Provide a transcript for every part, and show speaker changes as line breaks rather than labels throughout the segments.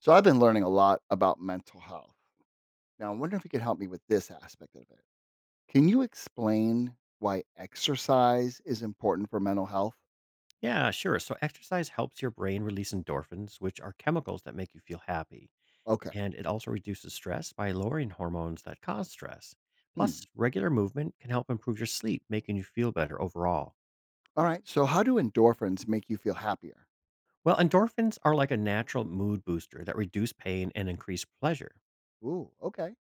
So I've been learning a lot about mental health. Now, I wonder if you could help me with this aspect of it. Can you explain why exercise is important for mental health?
Yeah, sure. So exercise helps your brain release endorphins, which are chemicals that make you feel happy.
Okay.
And it also reduces stress by lowering hormones that cause stress.
Hmm.
Plus, regular movement can help improve your sleep, making you feel better overall.
All right. So, how do endorphins make you feel happier?
Well, endorphins are like a natural mood booster that reduce pain and increase pleasure.
Ooh, okay.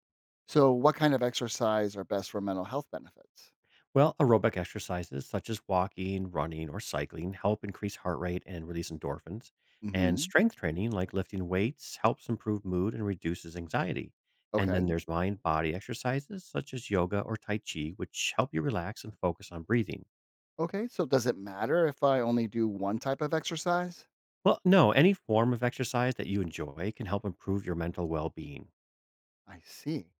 So, what kind of exercise are best for mental health benefits?
Well, aerobic exercises such as walking, running, or cycling help increase heart rate and release endorphins. And
Hmm.
strength training, like lifting weights, helps improve mood and reduces anxiety. And then
Okay.
there's mind body exercises such as yoga or Tai Chi, which help you relax and focus on breathing.
Okay. So, does it matter if I only do one type of exercise?
Well, no, any form of exercise that you enjoy can help improve your mental well being.
I see.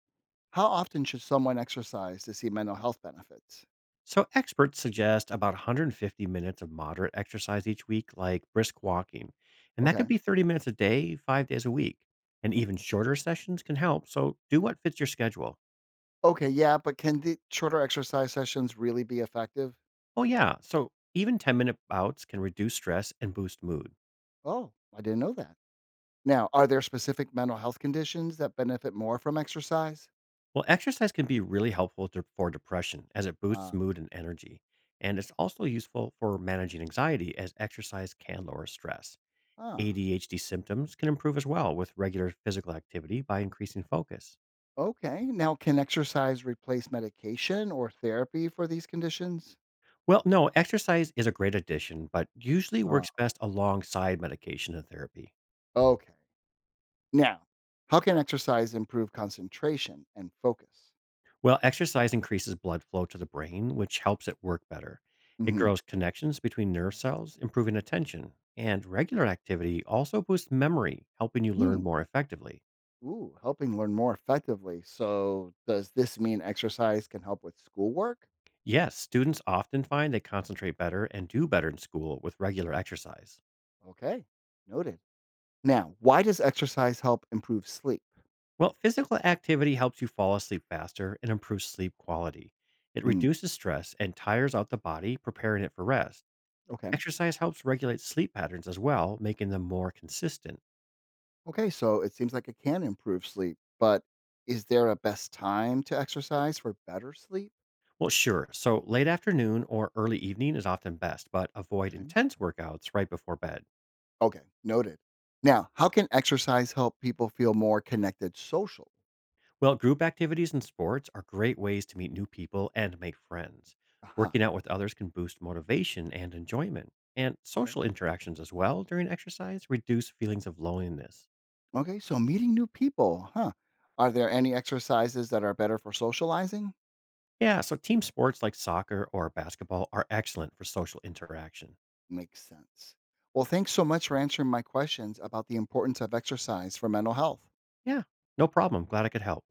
How often should someone exercise to see mental health benefits?
So experts suggest about 150 minutes of moderate exercise each week, like brisk walking. And that could
Okay.
be 30 minutes a day, 5 days a week. And
Hmm.
even shorter sessions can help. So do what fits your schedule.
Okay, yeah, but can the shorter exercise sessions really be effective?
Oh, yeah. So even 10-minute bouts can reduce stress and boost mood.
Oh, I didn't know that. Now, are there specific mental health conditions that benefit more from exercise?
Well, exercise can be really helpful to, for depression as it boosts
Uh
mood and energy. And it's also useful for managing anxiety as exercise can lower stress.
huh.
ADHD symptoms can improve as well with regular physical activity by increasing focus.
Okay. Now, can exercise replace medication or therapy for these conditions?
Well, no, exercise is a great addition, but usually
Uh,
works best alongside medication and therapy.
okay. Now, how can exercise improve concentration and focus?
Well, exercise increases blood flow to the brain, which helps it work better. It
Mm-hmm.
grows connections between nerve cells, improving attention. And regular activity also boosts memory, helping you learn
Hmm.
more effectively.
Ooh, helping learn more effectively. So, does this mean exercise can help with schoolwork?
Yes, students often find they concentrate better and do better in school with regular exercise.
Okay, noted. Now, why does exercise help improve sleep?
Well, physical activity helps you fall asleep faster and improves sleep quality. It
Mm,
reduces stress and tires out the body, preparing it for rest.
okay.
Exercise helps regulate sleep patterns as well, making them more consistent.
Okay. So it seems like it can improve sleep, but is there a best time to exercise for better sleep?
Well, sure. So late afternoon or early evening is often best, but avoid
Okay.
intense workouts right before bed.
Okay. Noted. Now, how can exercise help people feel more connected social?
Well, group activities and sports are great ways to meet new people and make friends.
Uh-huh.
Working out with others can boost motivation and enjoyment, and
Okay.
social interactions as well during exercise reduce feelings of loneliness.
Okay. So meeting new people, huh? Are there any exercises that are better for socializing?
Yeah, so team sports like soccer or basketball are excellent for social interaction.
Makes sense. Well, thanks so much for answering my questions about the importance of exercise for mental health.
Yeah, no problem. Glad I could help.